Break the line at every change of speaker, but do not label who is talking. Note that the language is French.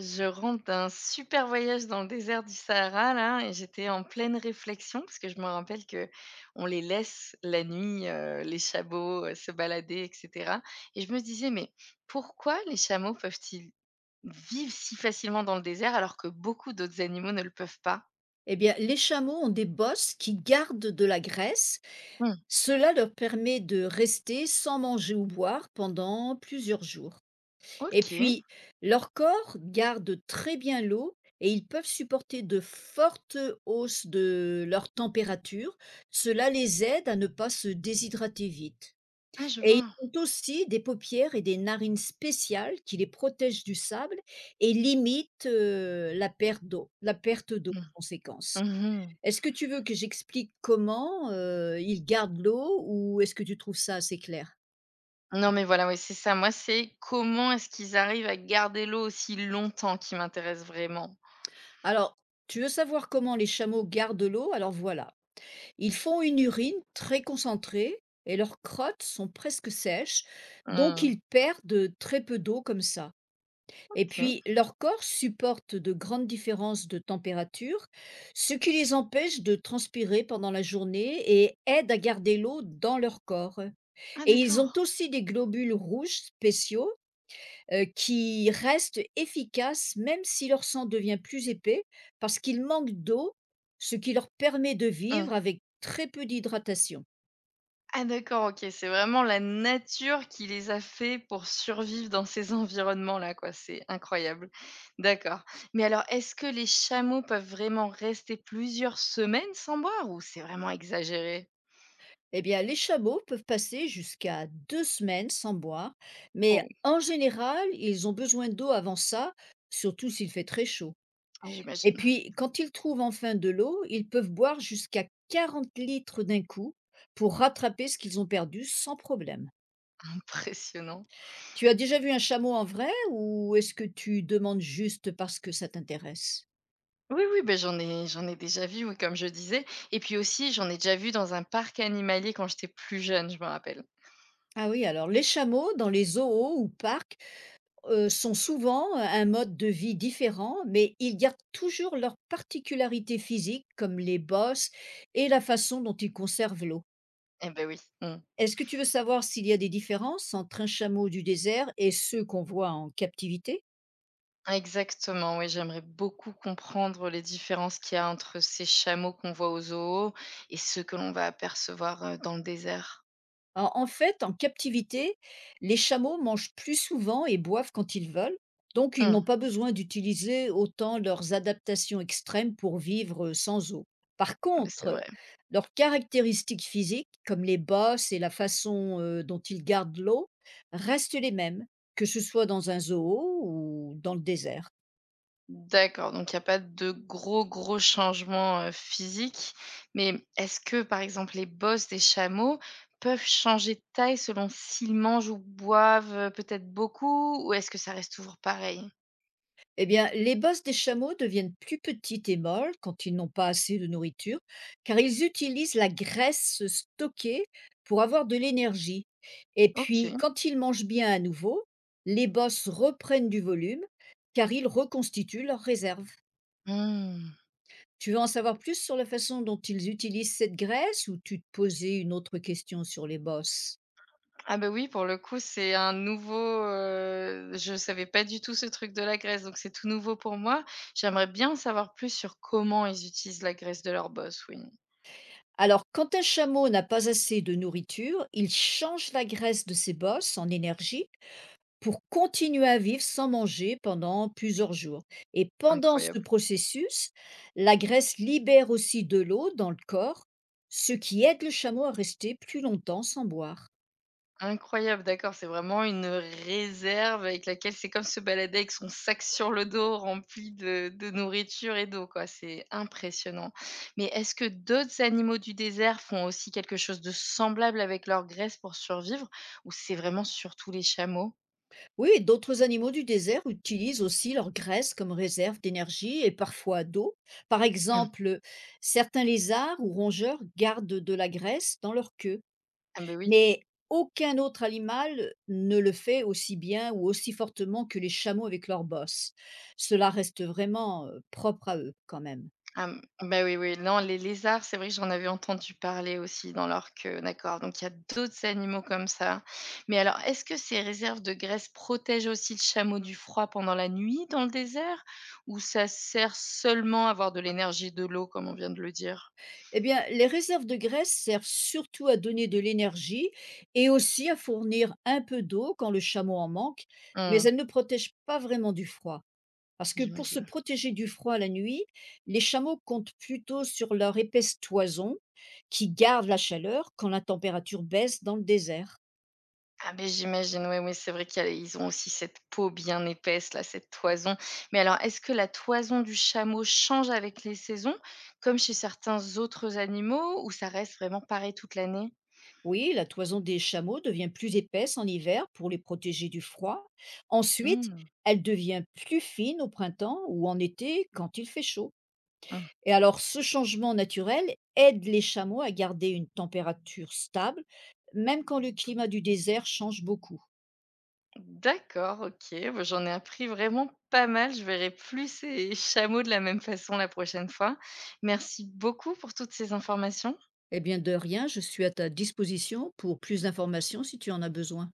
Je rentre d'un super voyage dans le désert du Sahara là et j'étais en pleine réflexion parce que je me rappelle que on les laisse la nuit, les chameaux, se balader et cetera et je me disais: «Mais pourquoi les chameaux peuvent-ils vivre si facilement dans le désert alors que beaucoup d'autres animaux ne le peuvent pas?»
Eh bien, les chameaux ont des bosses qui gardent de la graisse.
Mmh.
Cela leur permet de rester sans manger ou boire pendant plusieurs jours. Et
OK.
puis, leur corps garde très bien l'eau et ils peuvent supporter de fortes hausses de leur température. Cela les aide à ne pas se déshydrater vite.
Ah je
Et ils
vois.
ont aussi des paupières et des narines spéciales qui les protègent du sable et limitent la perte d'eau
Mmh.
en conséquence.
Mmh mh.
Est-ce que tu veux que j'explique comment, ils gardent l'eau ou est-ce que tu trouves ça assez clair?
Non mais voilà, oui, c'est ça. Moi, c'est comment est-ce qu'ils arrivent à garder l'eau aussi longtemps qui m'intéresse vraiment.
Alors, tu veux savoir comment les chameaux gardent l'eau? Alors voilà, ils font une urine très concentrée et leurs crottes sont presque sèches, donc
Mmh.
ils perdent, très peu d'eau comme ça et
OK.
puis leur corps supporte de grandes différences de température, ce qui les empêche de transpirer pendant la journée et aide à garder l'eau dans leur corps
Ah
et ils ont
d'accord.
aussi des globules rouges spéciaux qui restent efficaces même si leur sang devient plus épais, parce qu'ils manquent d'eau, ce qui leur permet de
Mmh.
vivre avec très peu d'hydratation.
Ah d'accord, OK, c'est vraiment la nature qui les a fait pour survivre dans ces environnements-là, quoi. C'est incroyable. D'accord. Mais alors, est-ce que les chameaux peuvent vraiment rester plusieurs semaines sans boire ou c'est vraiment exagéré?
Eh bien, les chameaux peuvent passer jusqu'à 2 semaines sans boire, mais
Oh,
en général, ils ont besoin d'eau avant ça, surtout s'il fait très chaud.
ah, j'imagine.
Et puis, quand ils trouvent enfin de l'eau, ils peuvent boire jusqu'à 40 litres d'un coup pour rattraper ce qu'ils ont perdu sans problème.
Impressionnant.
Tu as déjà vu un chameau en vrai ou est-ce que tu demandes juste parce que ça t'intéresse?
Oui, oui, ben j'en ai déjà vu, oui, comme je disais. Et puis aussi, j'en ai déjà vu dans un parc animalier quand j'étais plus jeune, je me rappelle.
Ah oui, alors les chameaux dans les zoos ou parcs sont souvent un mode de vie différent, mais ils gardent toujours leurs particularités physiques comme les bosses et la façon dont ils conservent l'eau.
Eh ben oui. Mmh.
Est-ce que tu veux savoir s'il y a des différences entre un chameau du désert et ceux qu'on voit en captivité?
Exactement, oui, j'aimerais beaucoup comprendre les différences qu'il y a entre ces chameaux qu'on voit au zoo et ceux que l'on va apercevoir dans le désert.
En fait, en captivité, les chameaux mangent plus souvent et boivent quand ils veulent, donc ils
Hum,
n'ont pas besoin d'utiliser autant leurs adaptations extrêmes pour vivre sans eau. Par
mais c'est
contre,
vrai.
leurs caractéristiques physiques, comme les bosses et la façon dont ils gardent l'eau, restent les mêmes, que ce soit dans un zoo ou dans le désert.
D'accord, donc il n'y a pas de gros, gros changements physiques. Mais est-ce que, par exemple, les bosses des chameaux peuvent changer de taille selon s'ils mangent ou boivent peut-être beaucoup ou est-ce que ça reste toujours pareil?
Eh bien, les bosses des chameaux deviennent plus petites et molles quand ils n'ont pas assez de nourriture, car ils utilisent la graisse stockée pour avoir de l'énergie. Et puis,
OK.
quand ils mangent bien à nouveau, les bosses reprennent du volume, car ils reconstituent leurs réserves.
Hum.
Tu veux en savoir plus sur la façon dont ils utilisent cette graisse ou tu te posais une autre question sur les bosses?
Ah bah oui, pour le coup, c'est un nouveau, je savais pas du tout ce truc de la graisse, donc c'est tout nouveau pour moi. J'aimerais bien en savoir plus sur comment ils utilisent la graisse de leur boss, oui.
Alors, quand un chameau n'a pas assez de nourriture, il change la graisse de ses bosses en énergie pour continuer à vivre sans manger pendant plusieurs jours. Et pendant ce
Incroyable.
processus, la graisse libère aussi de l'eau dans le corps, ce qui aide le chameau à rester plus longtemps sans boire.
Incroyable, d'accord, c'est vraiment une réserve avec laquelle c'est comme se balader avec son sac sur le dos rempli de nourriture et d'eau, quoi, c'est impressionnant. Mais est-ce que d'autres animaux du désert font aussi quelque chose de semblable avec leur graisse pour survivre ou c'est vraiment surtout les chameaux?
Oui, et d'autres animaux du désert utilisent aussi leur graisse comme réserve d'énergie et parfois d'eau. Par
Mmh.
exemple, certains lézards ou rongeurs gardent de la graisse dans leur queue.
Ah bah oui.
Mais aucun autre animal ne le fait aussi bien ou aussi fortement que les chameaux avec leurs bosses. Cela reste vraiment, propre à eux quand même.
Ah, mmh, bah, oui, oui. Non, les lézards, c'est vrai que j'en avais entendu parler aussi dans leur queue, d'accord. Donc il y a d'autres animaux comme ça. Mais alors, est-ce que ces réserves de graisse protègent aussi le chameau du froid pendant la nuit dans le désert? Ou ça sert seulement à avoir de l'énergie et de l'eau, comme on vient de le dire?
Eh bien, les réserves de graisse servent surtout à donner de l'énergie et aussi à fournir un peu d'eau quand le chameau en manque, mais
Mmh,
elles ne protègent pas vraiment du froid. Parce que pour se
j'imagine.
protéger du froid la nuit, les chameaux comptent plutôt sur leur épaisse toison qui garde la chaleur quand la température baisse dans le désert.
Ah ben j'imagine, oui, oui, c'est vrai qu'il y a ils ont aussi cette peau bien épaisse là, cette toison. Mais alors, est-ce que la toison du chameau change avec les saisons, comme chez certains autres animaux ou ça reste vraiment pareil toute l'année?
Oui, la toison des chameaux devient plus épaisse en hiver pour les protéger du froid. Ensuite,
Mmh,
elle devient plus fine au printemps ou en été quand il fait chaud.
mmh.
Et alors, ce changement naturel aide les chameaux à garder une température stable, même quand le climat du désert change beaucoup.
D'accord, OK, bah, j'en ai appris vraiment pas mal. Je verrai plus ces chameaux de la même façon la prochaine fois. Merci beaucoup pour toutes ces informations.
Eh bien, de rien, je suis à ta disposition pour plus d'informations si tu en as besoin.